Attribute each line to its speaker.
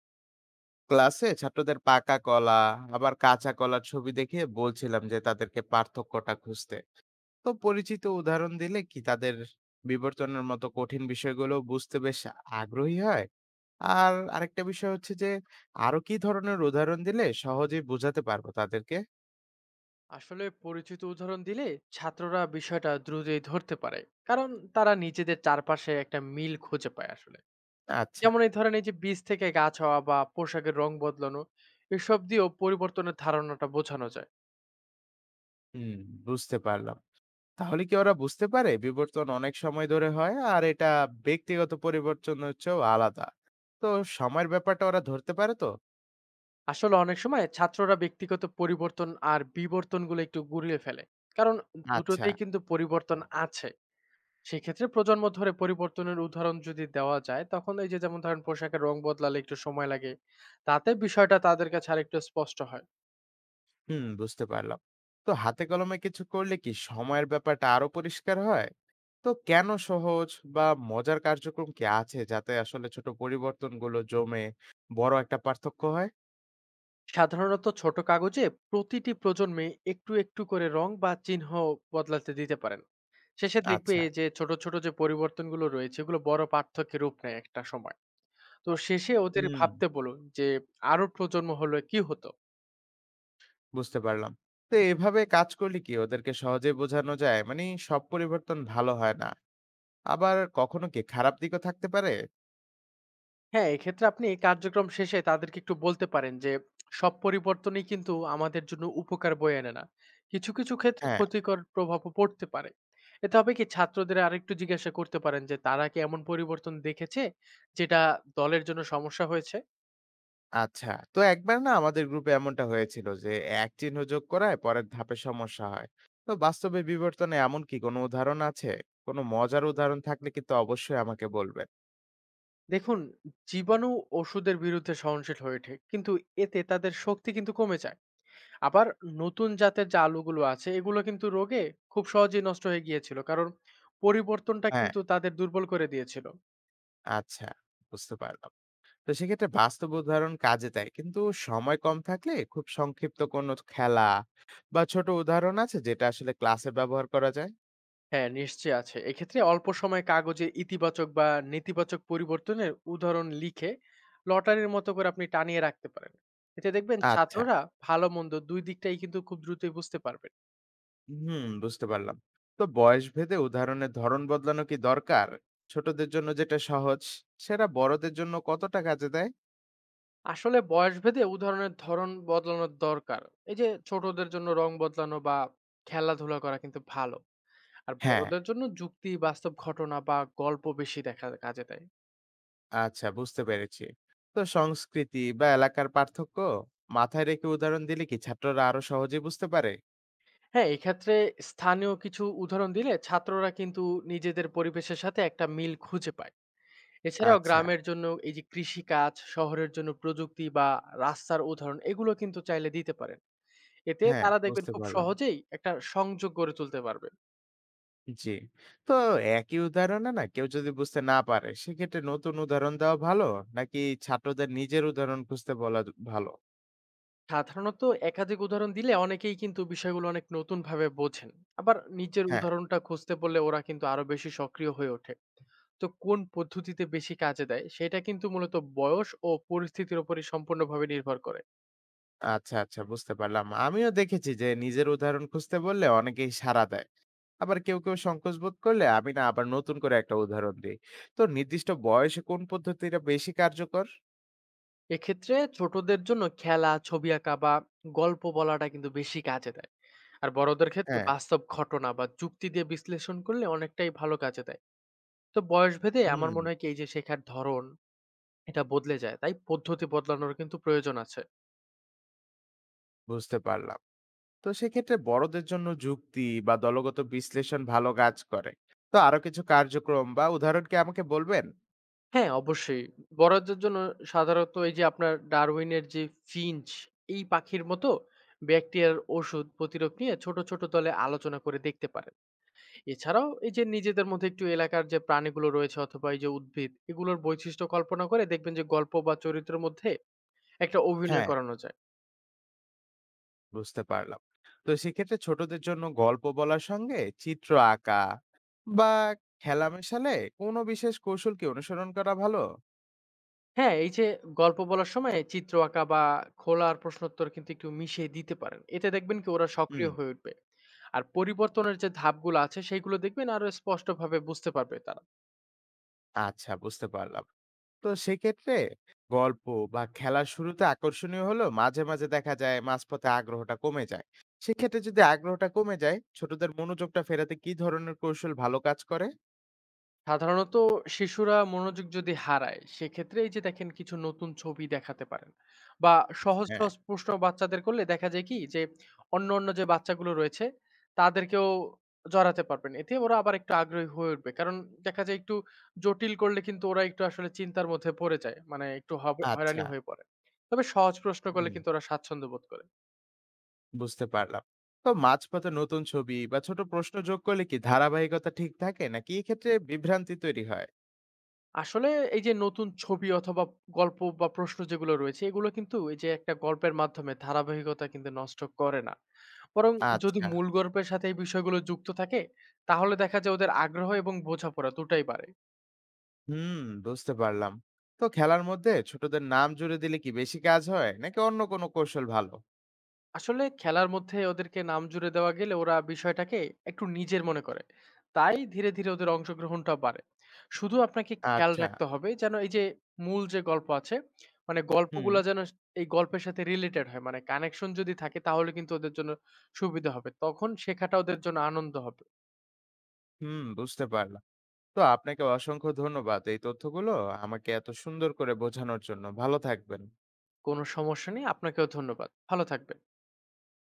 Speaker 1: ক্লাসে ছাত্রদের পাকা কলা আবার কাঁচা কলার ছবি দেখে বলছিলাম যে তাদেরকে পার্থক্যটা খুঁজতে। তো পরিচিত উদাহরণ দিলে কি তাদের বিবর্তনের মতো কঠিন বিষয়গুলো বুঝতে বেশ আগ্রহী হয়? আর আরেকটা বিষয় হচ্ছে যে আরো কি ধরনের উদাহরণ দিলে সহজেই বোঝাতে পারবো তাদেরকে?
Speaker 2: আসলে পরিচিত উদাহরণ দিলে ছাত্ররা বিষয়টা দ্রুতই ধরতে পারে। কারণ তারা নিজেদের চারপাশে একটা মিল খুঁজে পায় আসলে।
Speaker 1: আচ্ছা।
Speaker 2: যেমন এই ধরেন এই যে বীজ থেকে গাছ হওয়া বা পোশাকের রং বদলানো, এসব দিয়েও পরিবর্তনের ধারণাটা বোঝানো যায়।
Speaker 1: হুম, বুঝতে পারলাম। তাহলে কি ওরা বুঝতে পারে বিবর্তন অনেক সময় ধরে হয় আর এটা ব্যক্তিগত পরিবর্তন হচ্ছেও আলাদা? তো সময়ের ব্যাপারটা ওরা ধরতে পারে তো?
Speaker 2: আসলে অনেক সময় ছাত্ররা ব্যক্তিগত পরিবর্তন আর বিবর্তনগুলো একটু গুলিয়ে ফেলে। কারণ
Speaker 1: আচ্ছা।
Speaker 2: দুটোতেই কিন্তু পরিবর্তন আছে। সেক্ষেত্রে প্রজন্ম ধরে পরিবর্তনের উদাহরণ যদি দেওয়া যায়, তখন এই যে যেমন ধরেন পোশাকের রং বদলালে একটু সময় লাগে, তাতে বিষয়টা তাদের কাছে আরেকটু স্পষ্ট হয়।
Speaker 1: হুম, বুঝতে পারলাম। তো হাতে কলমে কিছু করলে কি সময়ের ব্যাপারটা আরো পরিষ্কার হয়? তো কেন সহজ বা মজার কার্যক্রম কি আছে যাতে আসলে ছোট পরিবর্তনগুলো জমে বড় একটা পার্থক্য হয়?
Speaker 2: সাধারণত ছোট কাগজে প্রতিটি প্রজন্মে একটু একটু করে রং বা চিহ্ন বদলাতে দিতে পারেন। শেষে দেখবে
Speaker 1: আচ্ছা।
Speaker 2: যে ছোট ছোট যে পরিবর্তনগুলো রয়েছে, এগুলো বড় পার্থক্যের রূপ নেয় একটা সময়। তো শেষে ওদের
Speaker 1: হুম,
Speaker 2: ভাবতে বলুন যে আরো প্রজন্ম হলে কি হতো।
Speaker 1: বুঝতে পারলাম। তো এভাবে কাজ করলে কি ওদেরকে সহজে বোঝানো যায় মানে সব পরিবর্তন ভালো হয় না, আবার কখনো কি খারাপ দিকও থাকতে পারে?
Speaker 2: হ্যাঁ, এক্ষেত্রে আপনি কার্যক্রম শেষে তাদেরকে একটু বলতে পারেন যে, সব পরিবর্তনই কিন্তু আমাদের জন্য উপকার বয়ে আনে না। কিছু ক্ষেত্রে
Speaker 1: হ্যাঁ।
Speaker 2: ক্ষতিকর প্রভাবও পড়তে পারে। এতে হবে কি ছাত্রদের আরেকটু জিজ্ঞাসা করতে পারেন যে, তারা কি এমন পরিবর্তন দেখেছে যেটা দলের জন্য সমস্যা হয়েছে?
Speaker 1: আচ্ছা, তো একবার না আমাদের গ্রুপে এমনটা হয়েছিল যে এক চিহ্ন যোগ করায় পরের ধাপে সমস্যা হয়। তো বাস্তবে বিবর্তনে এমন কি কোনো উদাহরণ আছে? কোনো মজার উদাহরণ থাকলে কিন্তু অবশ্যই আমাকে বলবেন।
Speaker 2: দেখুন, জীবাণু ওষুধের বিরুদ্ধে সহনশীল হয়ে ওঠে। কিন্তু এতে তাদের শক্তি কিন্তু কমে যায়। আবার নতুন জাতের যে আলুগুলো আছে, এগুলো কিন্তু রোগে খুব সহজেই নষ্ট হয়ে গিয়েছিল। কারণ পরিবর্তনটা
Speaker 1: হ্যাঁ,
Speaker 2: কিন্তু তাদের দুর্বল করে দিয়েছিল।
Speaker 1: আচ্ছা, বুঝতে পারলাম। তো সেক্ষেত্রে বাস্তব উদাহরণ কাজে দেয়। কিন্তু সময় কম থাকলে খুব সংক্ষিপ্ত কোনো খেলা বা ছোট উদাহরণ আছে যেটা আসলে ক্লাসে ব্যবহার করা যায়?
Speaker 2: হ্যাঁ, নিশ্চয়ই আছে। এক্ষেত্রে অল্প সময়ে কাগজে ইতিবাচক বা নেতিবাচক পরিবর্তনের উদাহরণ লিখে লটারির মতো করে আপনি টানিয়ে রাখতে পারেন। এতে দেখবেন
Speaker 1: আচ্ছা।
Speaker 2: ছাত্ররা ভালো-মন্দ ২ দিকটাই কিন্তু খুব দ্রুতই বুঝতে পারবেন।
Speaker 1: হুম, বুঝতে পারলাম। তো বয়স ভেদে উদাহরণের ধরন বদলানো কি দরকার? ছোটদের জন্য যেটা সহজ, সেটা বড়দের জন্য কতটা কাজে দেয়?
Speaker 2: আসলে বয়সভেদে উদাহরণের ধরন বদলানোর দরকার। এই যে ছোটদের জন্য রং বদলানো বা খেলাধুলা করা কিন্তু ভালো। আর
Speaker 1: হ্যাঁ,
Speaker 2: বড়দের জন্য যুক্তি, বাস্তব ঘটনা বা গল্প বেশি দেখা কাজে দেয়।
Speaker 1: আচ্ছা, বুঝতে পেরেছি। তো সংস্কৃতি বা এলাকার পার্থক্য মাথায় রেখে উদাহরণ দিলে কি ছাত্ররা আরো সহজে বুঝতে পারে?
Speaker 2: হ্যাঁ, এক্ষেত্রে স্থানীয় কিছু উদাহরণ দিলে ছাত্ররা কিন্তু নিজেদের পরিবেশের সাথে একটা মিল খুঁজে পায়। এছাড়াও
Speaker 1: আচ্ছা,
Speaker 2: গ্রামের জন্য এই যে কৃষিকাজ, শহরের জন্য প্রযুক্তি বা রাস্তার উদাহরণ এগুলো কিন্তু চাইলে দিতে পারেন। এতে
Speaker 1: হ্যাঁ,
Speaker 2: তারা দেখবেন
Speaker 1: বুঝতে
Speaker 2: খুব
Speaker 1: পারলাম।
Speaker 2: সহজেই একটা সংযোগ গড়ে তুলতে পারবে।
Speaker 1: জি। তো একই উদাহরণে না কেউ যদি বুঝতে না পারে, সেক্ষেত্রে নতুন উদাহরণ দেওয়া ভালো? নাকি ছাত্রদের নিজের উদাহরণ খুঁজতে বলা দ ভালো?
Speaker 2: সাধারণত একাধিক উদাহরণ দিলে অনেকেই কিন্তু বিষয়গুলো অনেক নতুনভাবে বোঝেন। আবার নিজের
Speaker 1: হ্যাঁ।
Speaker 2: উদাহরণটা খুঁজতে বললে ওরা কিন্তু আরো বেশি সক্রিয় হয়ে ওঠে। তো কোন পদ্ধতিতে বেশি কাজে দেয় সেটা কিন্তু মূলত বয়স ও পরিস্থিতির উপরই সম্পূর্ণভাবে নির্ভর করে।
Speaker 1: আচ্ছা, আচ্ছা, বুঝতে পারলাম। আমিও দেখেছি যে নিজের উদাহরণ খুঁজতে বললে অনেকেই সাড়া দেয়। আবার কেউ, কেউ সংকোচ বোধ করলে আমি না আবার নতুন করে একটা উদাহরণ দেই। তো নির্দিষ্ট বয়সে কোন পদ্ধতিটা বেশি কার্যকর?
Speaker 2: এক্ষেত্রে ছোটদের জন্য খেলা, ছবি আঁকা বা গল্প বলাটা কিন্তু বেশি কাজে দেয়। আর বড়দের ক্ষেত্রে
Speaker 1: হ্যাঁ,
Speaker 2: বাস্তব ঘটনা বা যুক্তি দিয়ে বিশ্লেষণ করলে অনেকটাই ভালো কাজে দেয়। তো বয়স ভেদে আমার
Speaker 1: হুম,
Speaker 2: মনে হয় কি এই যে শেখার ধরন এটা বদলে যায়। তাই পদ্ধতি বদলানোর কিন্তু প্রয়োজন আছে।
Speaker 1: বুঝতে পারলাম। তো সেক্ষেত্রে বড়দের জন্য যুক্তি বা দলগত বিশ্লেষণ ভালো কাজ করে। তো আরো কিছু কার্যক্রম বা উদাহরণ কি আমাকে বলবেন?
Speaker 2: হ্যাঁ, অবশ্যই। বড়দের জন্য সাধারণত এই যে আপনার ডারউইনের যে ফিঞ্চ এই পাখির মতো ব্যাকটেরিয়ার ওষুধ প্রতিরোধ নিয়ে ছোট, ছোট দলে আলোচনা করে দেখতে পারেন। এছাড়াও এই যে নিজেদের মধ্যে একটু এলাকার যে প্রাণীগুলো রয়েছে অথবা এই যে উদ্ভিদ এগুলোর বৈশিষ্ট্য কল্পনা করে দেখবেন যে গল্প বা চরিত্রের মধ্যে একটা অভিনয়
Speaker 1: হ্যাঁ,
Speaker 2: করানো যায়।
Speaker 1: বুঝতে পারলাম। তো সেক্ষেত্রে ছোটদের জন্য গল্প বলার সঙ্গে চিত্র আঁকা বা খেলা মেশালে কোনো বিশেষ কৌশল কি অনুসরণ করা ভালো?
Speaker 2: হ্যাঁ এই যে গল্প বলার সময় চিত্র আঁকা বা খোলা আর প্রশ্নোত্তর কিন্তু একটু মিশিয়ে দিতে পারেন। এতে দেখবেন কি ওরা
Speaker 1: হুম।
Speaker 2: সক্রিয় হয়ে উঠবে। আর পরিবর্তনের যে ধাপগুলো আছে সেইগুলো দেখবেন আরো স্পষ্টভাবে বুঝতে পারবে তারা।
Speaker 1: আচ্ছা, বুঝতে পারলাম। তো সেক্ষেত্রে গল্প বা খেলার শুরুতে আকর্ষণীয় হলেও মাঝে, মাঝে দেখা যায় মাঝপথে আগ্রহটা কমে যায়। সেক্ষেত্রে যদি আগ্রহটা কমে যায়, ছোটদের মনোযোগটা ফেরাতে কি ধরনের কৌশল ভালো কাজ করে?
Speaker 2: সাধারণত শিশুরা মনোযোগ যদি হারায় সেক্ষেত্রে এই যে দেখেন কিছু নতুন ছবি দেখাতে পারেন বা সহজ
Speaker 1: হ্যাঁ।
Speaker 2: সহজ প্রশ্ন বাচ্চাদের করলে দেখা যায় কি যে অন্য অন্য যে বাচ্চাগুলো রয়েছে তাদেরকেও জড়াতে পারবেন। এতে ওরা আবার একটু আগ্রহী হয়ে উঠবে। কারণ দেখা যায় একটু জটিল করলে কিন্তু ওরা একটু আসলে চিন্তার মধ্যে পড়ে যায়, মানে একটু
Speaker 1: আচ্ছা।
Speaker 2: হয়রানি হয়ে পড়ে। তবে সহজ প্রশ্ন করলে
Speaker 1: হুম।
Speaker 2: কিন্তু ওরা স্বাচ্ছন্দ্য বোধ করে।
Speaker 1: বুঝতে পারলাম। তো মাঝপথে নতুন ছবি বা ছোট প্রশ্ন যোগ করলে কি ধারাবাহিকতা ঠিক থাকে নাকি এক্ষেত্রে বিভ্রান্তি তৈরি হয়?
Speaker 2: আসলে এই যে নতুন ছবি অথবা গল্প বা প্রশ্ন যেগুলো রয়েছে এগুলো কিন্তু এই যে একটা গল্পের মাধ্যমে ধারাবাহিকতা কিন্তু নষ্ট করে না। বরং যদি
Speaker 1: আচ্ছা।
Speaker 2: মূল গল্পের সাথে এই বিষয়গুলো যুক্ত থাকে, তাহলে দেখা যায় ওদের আগ্রহ এবং বোঝাপড়া দুটাই বাড়ে।
Speaker 1: হুম, বুঝতে পারলাম। তো খেলার মধ্যে ছোটদের নাম জুড়ে দিলে কি বেশি কাজ হয় নাকি অন্য কোনো কৌশল ভালো?
Speaker 2: আসলে খেলার মধ্যে ওদেরকে নাম জুড়ে দেওয়া গেলে ওরা বিষয়টাকে একটু নিজের মনে করে। তাই ধীরে ওদের অংশগ্রহণটা বাড়ে। শুধু আপনাকে খেয়াল
Speaker 1: আচ্ছা।
Speaker 2: রাখতে হবে যেন এই যে মূল যে গল্প আছে, মানে
Speaker 1: হুম
Speaker 2: গল্পগুলা যেন স এই গল্পের সাথে রিলেটেড হয়। মানে কানেকশন যদি থাকে তাহলে কিন্তু ওদের জন্য সুবিধা হবে। তখন শেখাটা ওদের জন্য আনন্দ হবে।
Speaker 1: হুম বুঝতে পারলাম। তো আপনাকে অসংখ্য ধন্যবাদ এই তথ্যগুলো আমাকে এত সুন্দর করে বোঝানোর জন্য। ভালো থাকবেন।
Speaker 2: কোনো সমস্যা নেই। আপনাকেও ধন্যবাদ। ভালো থাকবেন।